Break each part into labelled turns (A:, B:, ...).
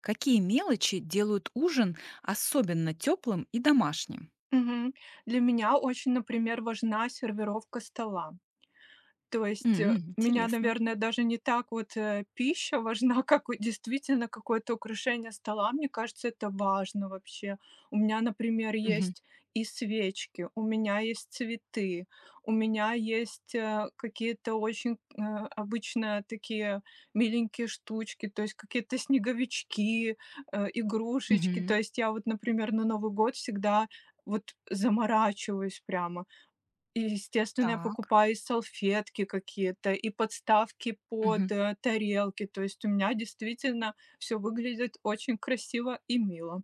A: Какие мелочи делают ужин особенно теплым и домашним?
B: Мгм. Для меня очень, например, важна сервировка стола. То есть,
A: М,
B: у меня,
A: интересно.
B: наверное, даже не так вот, пища важна, как вот действительно какое-то украшение стола. Мне кажется, это важно вообще. У меня, например,
A: Мгм.
B: есть и свечки, у меня есть цветы, у меня есть, какие-то очень, обычно такие миленькие штучки, то есть какие-то снеговички, игрушечки. То
A: Мгм.
B: есть я вот, например, на Новый год всегда вот заморачиваюсь прямо. И, естественно, я
A: Так.
B: покупаю и салфетки какие-то, и подставки под, тарелки. То есть у меня действительно все выглядит очень красиво и мило.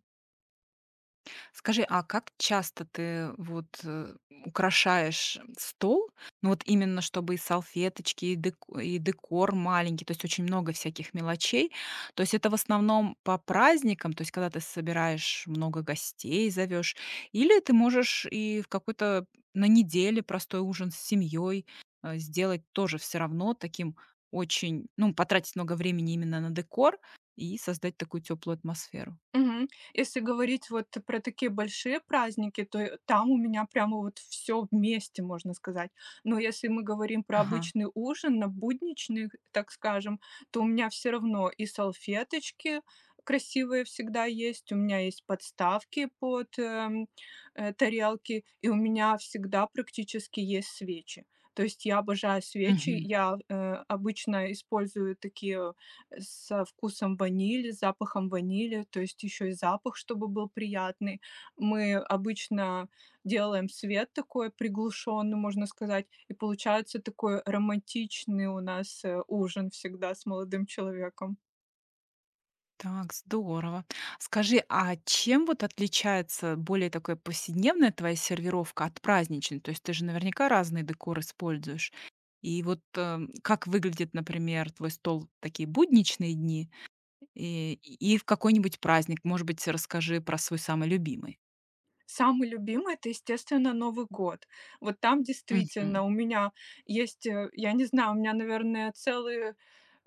A: Скажи, а как часто ты украшаешь стол? Ну, вот именно чтобы и салфеточки, и декор маленький, то есть очень много всяких мелочей. То есть это в основном по праздникам, то есть когда ты собираешь много гостей, зовёшь, или ты можешь и в какой-то на неделе простой ужин с семьей, сделать тоже все равно таким очень ну, потратить много времени именно на декор и создать такую теплую атмосферу.
B: Мгм. Если говорить вот про такие большие праздники, то, там у меня прямо вот все вместе, можно сказать. Но если мы говорим про
A: Ага.
B: обычный ужин, на будничный, так скажем, то у меня все равно и салфеточки красивые всегда есть, у меня есть подставки под, тарелки, и у меня всегда практически есть свечи. То есть я обожаю свечи. Я, обычно использую такие со вкусом ванили, запахом ванили, то есть еще и запах, чтобы был приятный. Мы обычно делаем свет такой приглушенный, можно сказать, и получается такой романтичный у нас ужин всегда с молодым человеком.
A: Так, здорово. Скажи, а чем вот отличается более такая повседневная твоя сервировка от праздничной? То есть ты же наверняка разный декор используешь. И вот как выглядит, например, твой стол в такие будничные дни и в какой-нибудь праздник? Может быть, расскажи про свой самый любимый.
B: Самый любимый это, естественно, Новый год. Вот там действительно
A: Мгм.
B: у меня есть, я не знаю, у меня, наверное, целый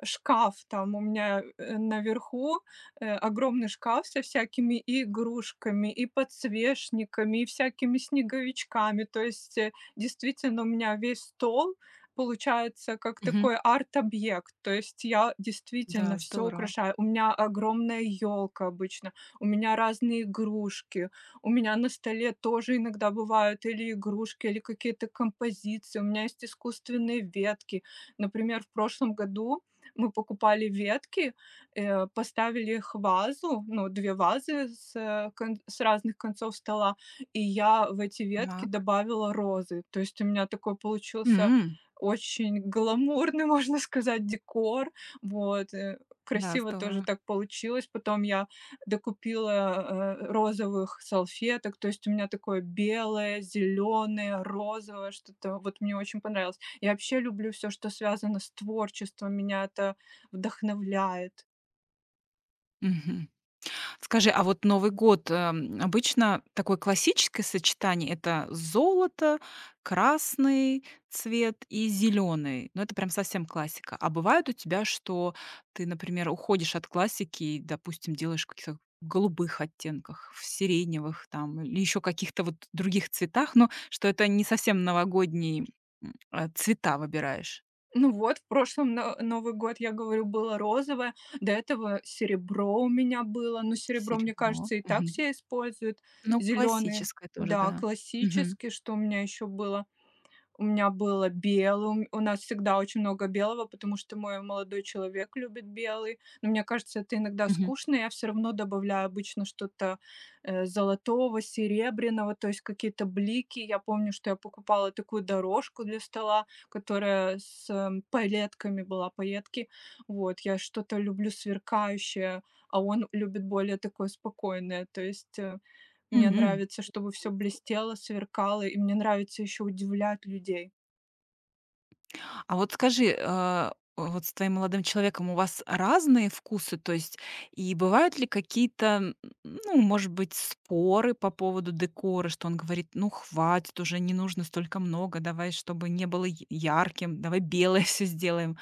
B: шкаф там у меня, наверху, огромный шкаф со всякими и игрушками, и подсвечниками, и всякими снеговичками. То есть, действительно, у меня весь стол получается как
A: Мгм.
B: такой арт-объект. То есть я действительно
A: Да,
B: все
A: здорово.
B: украшаю. У меня огромная елка обычно, у меня разные игрушки, у меня на столе тоже иногда бывают или игрушки, или какие-то композиции, у меня есть искусственные ветки. Например, в прошлом году мы покупали ветки, поставили их в вазу, ну, 2 вазы с разных концов стола, и я в эти ветки
A: Так.
B: добавила розы. То есть у меня такой получился
A: М,
B: очень гламурный, можно сказать, декор. Вот,
A: да,
B: красиво тоже
A: здорово.
B: так получилось. Потом я докупила, розовых салфеток. То есть у меня такое белое, зеленое, розовое что-то. Вот мне очень понравилось. Я вообще люблю все, что связано с творчеством, меня это вдохновляет.
A: Скажи, а вот Новый год, обычно такое классическое сочетание — это золото, красный цвет и зеленый. Но это прям совсем классика. А бывает у тебя, что ты, например, уходишь от классики и, допустим, делаешь в каких-то голубых оттенках, в сиреневых там или еще каких-то вот других цветах, но что это не совсем новогодние, цвета выбираешь?
B: Ну вот, в прошлом Новый год, я говорю, было розовое, до этого серебро у меня было. Но серебро, мне
A: Серебро.
B: кажется, и так
A: Мгм.
B: все используют.
A: Ну,
B: Зеленый,
A: классическое тоже,
B: да,
A: да. Мгм.
B: классический, что у меня еще было. У меня было белым. У нас всегда очень много белого, потому что мой молодой человек любит белый. Но мне кажется, это иногда
A: Мгм.
B: скучно. Я все равно добавляю обычно что-то, золотого, серебряного, то есть какие-то блики. Я помню, что я покупала такую дорожку для стола, которая с, пайетками была, пайетки. Вот, я что-то люблю сверкающее, а он любит более такое спокойное. То есть, мне
A: Мгм.
B: нравится, чтобы все блестело, сверкало, и мне нравится еще удивлять людей.
A: А вот скажи, вот с твоим молодым человеком у вас разные вкусы, то есть и бывают ли какие-то, ну, может быть, споры по поводу декора, что он говорит, ну, хватит уже, не нужно столько много, давай, чтобы не было ярким, давай белое все сделаем.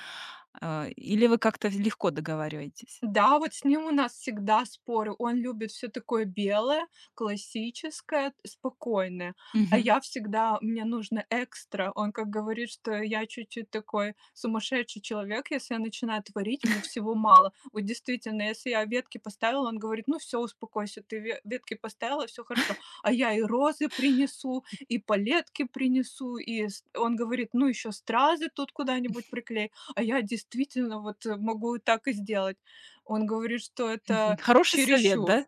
A: А, или вы как-то легко договариваетесь?
B: Да, вот с ним у нас всегда споры. Он любит все такое белое, классическое, спокойное. А
A: Мгм.
B: я всегда мне нужно экстра. Он как говорит, что я чуть-чуть такой сумасшедший человек, если я начинаю творить, мне всего мало. Вот действительно, если я ветки поставила, он говорит: "Ну все, успокойся, ты ве ветки поставила, все хорошо". А я и розы принесу, и палетки принесу, и с он говорит: "Ну еще стразы тут куда-нибудь приклей". А я действительно вот, могу и так и сделать. Он говорит, что
A: Мгм.
B: это
A: Хороший совет,
B: чересчур.
A: да?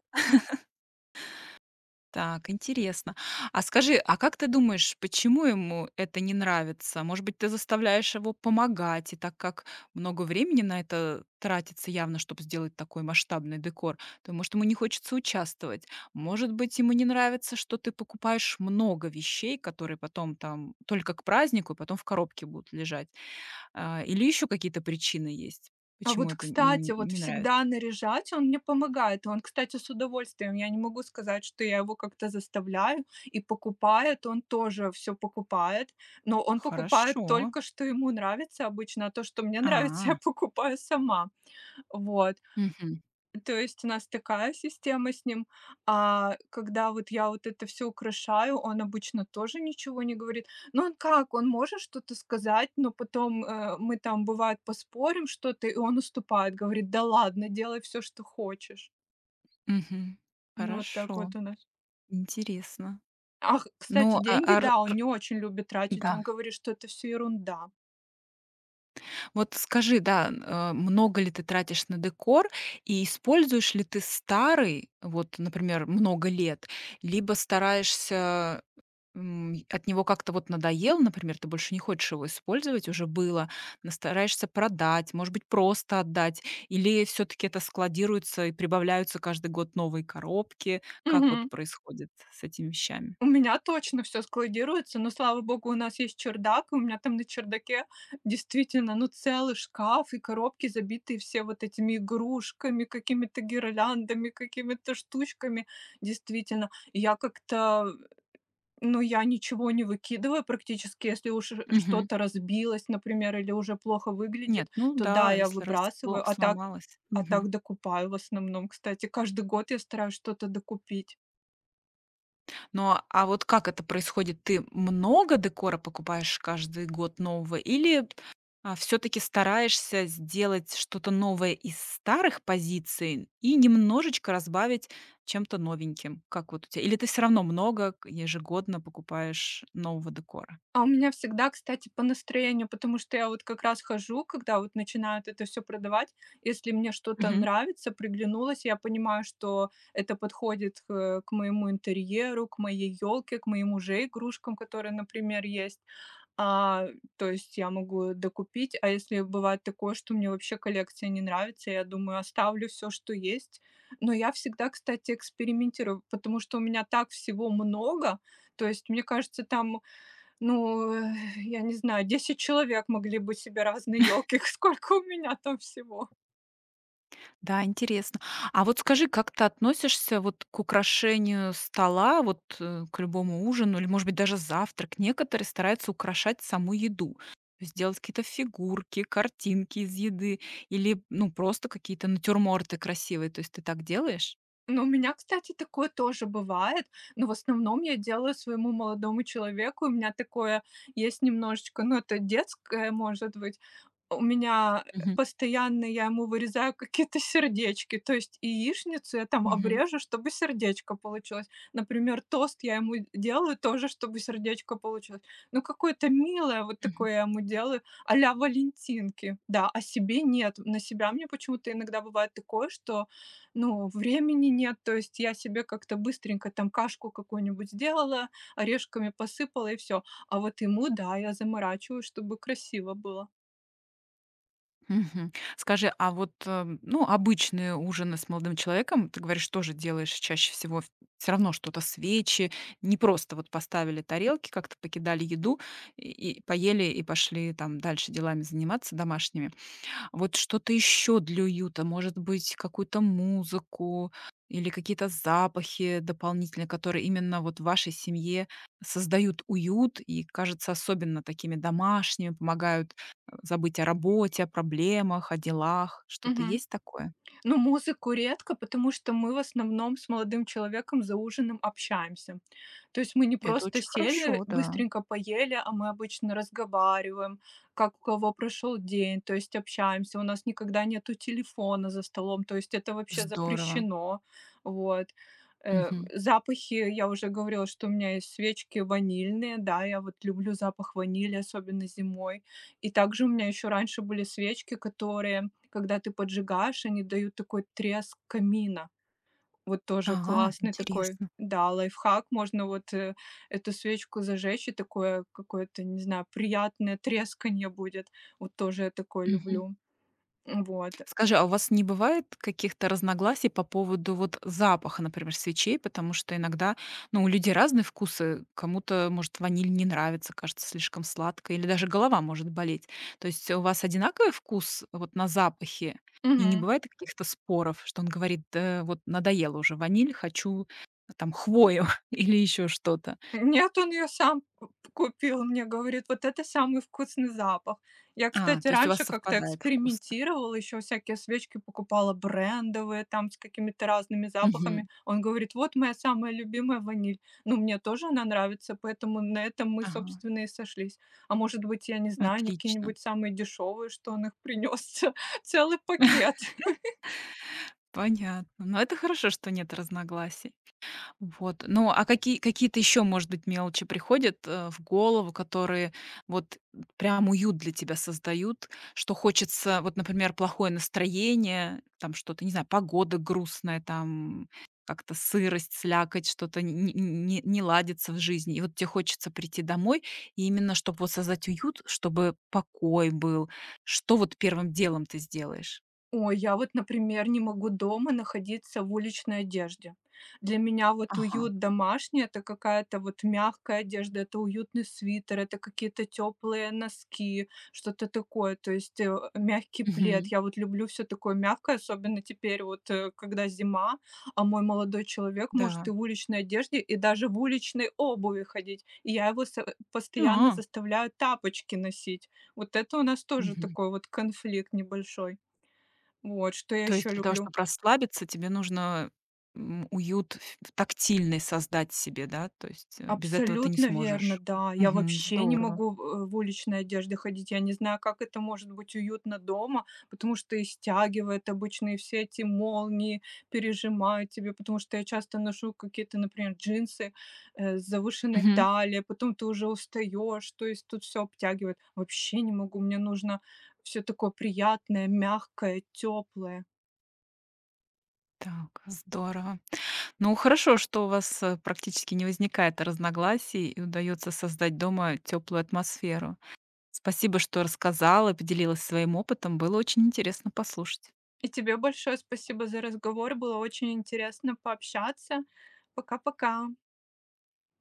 A: Так, интересно. А скажи, а как ты думаешь, почему ему это не нравится? Может быть, ты заставляешь его помогать, и так как много времени на это тратится явно, чтобы сделать такой масштабный декор, то, может, ему не хочется участвовать. Может быть, ему не нравится, что ты покупаешь много вещей, которые потом там только к празднику и потом в коробке будут лежать. А, или еще какие-то причины есть,
B: А
A: почему
B: вот,
A: это
B: кстати,
A: ему
B: вот
A: не нравится?
B: всегда наряжать он мне помогает. Он, кстати, с удовольствием. Я не могу сказать, что я его как-то заставляю. И покупает он тоже все покупает, но он покупает
A: Хорошо.
B: только, что ему нравится обычно, а то, что мне нравится, я
A: А,
B: покупаю сама. Вот.
A: мгм,
B: То есть у нас такая система с ним. А когда вот я вот это все украшаю, он обычно тоже ничего не говорит. Ну, он как, он может что-то сказать, но потом, мы там, бывает, поспорим что-то, и он уступает, говорит: "Да ладно, делай все, что хочешь".
A: мгм.
B: Ну, вот так
A: Хорошо.
B: вот у нас.
A: Интересно.
B: Ах, кстати,
A: Ну,
B: деньги,
A: а р
B: да, он не очень любит тратить.
A: да.
B: Он говорит, что это все ерунда.
A: Вот скажи, да, много ли ты тратишь на декор и используешь ли ты старый, вот, например, много лет, либо стараешься, от него как-то вот надоел, например, ты больше не хочешь его использовать, уже было, но стараешься продать, может быть, просто отдать, или все таки это складируется и прибавляются каждый год новые коробки? Как вот
B: Мгм.
A: происходит с этими вещами?
B: У меня точно все складируется, но, слава богу, у нас есть чердак, и у меня там на чердаке действительно, ну, целый шкаф и коробки, забитые все вот этими игрушками, какими-то гирляндами, какими-то штучками. Действительно, и я как-то, ну, я ничего не выкидываю практически. Если уж что-то разбилось, например, или уже плохо
A: Нет,
B: выглядит,
A: ну
B: то да,
A: да,
B: я
A: если раз
B: выбрасываю, а так
A: сломалась. Мгм.
B: докупаю в основном, кстати. Каждый год я стараюсь что-то докупить.
A: Но, а вот как это происходит? Ты много декора покупаешь каждый год нового или, все таки стараешься сделать что-то новое из старых позиций и немножечко разбавить чем-то новеньким? Как вот у тебя? Или ты все равно много к ежегодно покупаешь нового декора?
B: А у меня всегда, кстати, по настроению, потому что я вот как раз хожу, когда вот начинают это все продавать. Если мне что-то нравится, приглянулось, я понимаю, что это подходит, к моему интерьеру, к моей елке, к моим уже игрушкам, которые, например, есть. А, то есть я могу докупить. А если бывает такое, что мне вообще коллекция не нравится, я думаю, оставлю все, что есть. Но я всегда, кстати, экспериментирую, потому что у меня так всего много. То есть, мне кажется, там, ну, я не знаю, 10 человек могли бы себе разные елки, сколько у меня там всего.
A: Да, интересно. А вот скажи, как ты относишься вот к украшению стола, к любому ужину или, может быть, даже завтрак? Некоторые стараются украшать саму еду, то есть делать какие-то фигурки, картинки из еды или, ну, просто какие-то натюрморты красивые. То есть ты так делаешь?
B: Но у меня, кстати, такое тоже бывает, но в основном я делаю своему молодому человеку. У меня такое есть немножечко, ну, это детское, может быть. У меня, постоянно я ему вырезаю какие-то сердечки, то есть яичницу я там
A: Мгм.
B: обрежу, чтобы сердечко получилось. Например, тост я ему делаю тоже, чтобы сердечко получилось. Ну, какое-то милое вот
A: Мгм.
B: такое я ему делаю, а-ля Валентинки. Да, а себе нет. На себя мне почему-то иногда бывает такое, что, ну, времени нет, то есть я себе как-то быстренько там кашку какую-нибудь сделала, орешками посыпала и все. А вот ему, да, я заморачиваюсь, чтобы красиво было.
A: Мгм. Скажи, ну, обычные ужины с молодым человеком, ты говоришь, тоже делаешь чаще всего все равно что-то, свечи, не просто вот поставили тарелки, как-то покидали еду и поели, и пошли там дальше делами заниматься домашними. Вот что-то еще для уюта, может быть, какую-то музыку или какие-то запахи дополнительные, которые именно вот в вашей семье создают уют и, кажется, особенно такими домашними, помогают забыть о работе, о проблемах, о делах. Что-то
B: Мгм.
A: есть такое?
B: Ну, музыку редко, потому что мы в основном с молодым человеком за ужином общаемся. То есть мы не
A: Это
B: просто
A: очень
B: сели,
A: хорошо, да.
B: быстренько поели, а мы обычно разговариваем, как у кого прошел день, то есть общаемся. У нас никогда нету телефона за столом, то есть это вообще
A: Здорово.
B: запрещено. Вот.
A: Мгм.
B: Запахи, я уже говорила, что у меня есть свечки ванильные, да, я вот люблю запах ванили, особенно зимой. И также у меня еще раньше были свечки, которые, когда ты поджигаешь, они дают такой треск камина. Вот тоже
A: Ага,
B: классный такой,
A: интересно.
B: да, лайфхак. Можно вот, эту свечку зажечь, и такое какое-то, не знаю, приятное тресканье будет. Вот тоже я такое
A: Мгм.
B: люблю. Вот.
A: Скажи, а у вас не бывает каких-то разногласий по поводу вот запаха, например, свечей? Потому что иногда, ну, у людей разные вкусы. Кому-то, может, ваниль не нравится, кажется слишком сладко, или даже голова может болеть. То есть у вас одинаковый вкус вот на запахе? И не
B: Мгм.
A: бывает каких-то споров, что он говорит: «Да вот надоело уже ваниль, хочу там хвою или еще что-то».
B: Нет, он ее сам п купил. Мне говорит: "Вот это самый вкусный запах". Я,
A: А,
B: кстати,
A: то есть у вас
B: раньше как-то
A: совпадает вкус.
B: экспериментировала, еще всякие свечки покупала брендовые, там с какими-то разными запахами.
A: Мгм.
B: Он говорит: "Вот моя самая любимая ваниль". Ну, мне тоже она нравится, поэтому на этом мы,
A: Ага,
B: собственно, и сошлись. А может быть, я не знаю, они
A: отлично.
B: какие-нибудь самые дешевые, что он их принес целый пакет.
A: Понятно. Но это хорошо, что нет разногласий. Вот. Ну, а какие какие-то еще, может быть, мелочи приходят, в голову, которые вот прям уют для тебя создают, что хочется вот, например, плохое настроение, там что-то, не знаю, погода грустная, там как-то сырость, слякоть, что-то не ладится в жизни. И вот тебе хочется прийти домой, и именно чтобы вот создать уют, чтобы покой был. Что вот первым делом ты сделаешь?
B: Ой, я вот, например, не могу дома находиться в уличной одежде. Для меня вот
A: Ага.
B: уют домашний - это какая-то вот мягкая одежда, это уютный свитер, это какие-то теплые носки, что-то такое, то есть, мягкий плед.
A: Мгм.
B: Я вот люблю все такое мягкое, особенно теперь вот, когда зима, а мой молодой человек может и
A: Да.
B: в уличной одежде, и даже в уличной обуви ходить. И я его постоянно
A: А.
B: заставляю тапочки носить. Вот это у нас тоже
A: Мгм.
B: такой вот конфликт небольшой. Вот, что я
A: То
B: еще
A: есть для того,
B: люблю.
A: чтобы расслабиться, тебе нужно, уют ф тактильный создать себе, да? То есть, без этого ты не
B: Абсолютно верно,
A: сможешь.
B: да. Я
A: Мгм.
B: вообще не
A: Здорово.
B: могу в уличной одежде ходить. Я не знаю, как это может быть уютно дома, потому что и стягивает обычные все эти молнии, пережимают тебе, потому что я часто ношу какие-то, например, джинсы с завышенной
A: Мгм.
B: талией, а потом ты уже устаешь, то есть тут все обтягивает. Вообще не могу, мне нужно все такое приятное, мягкое, теплое.
A: Так, здорово. Ну, хорошо, что у вас, практически не возникает разногласий и удается создать дома теплую атмосферу. Спасибо, что рассказала, поделилась своим опытом. Было очень интересно послушать.
B: И тебе большое спасибо за разговор. Было очень интересно пообщаться. Пока-пока.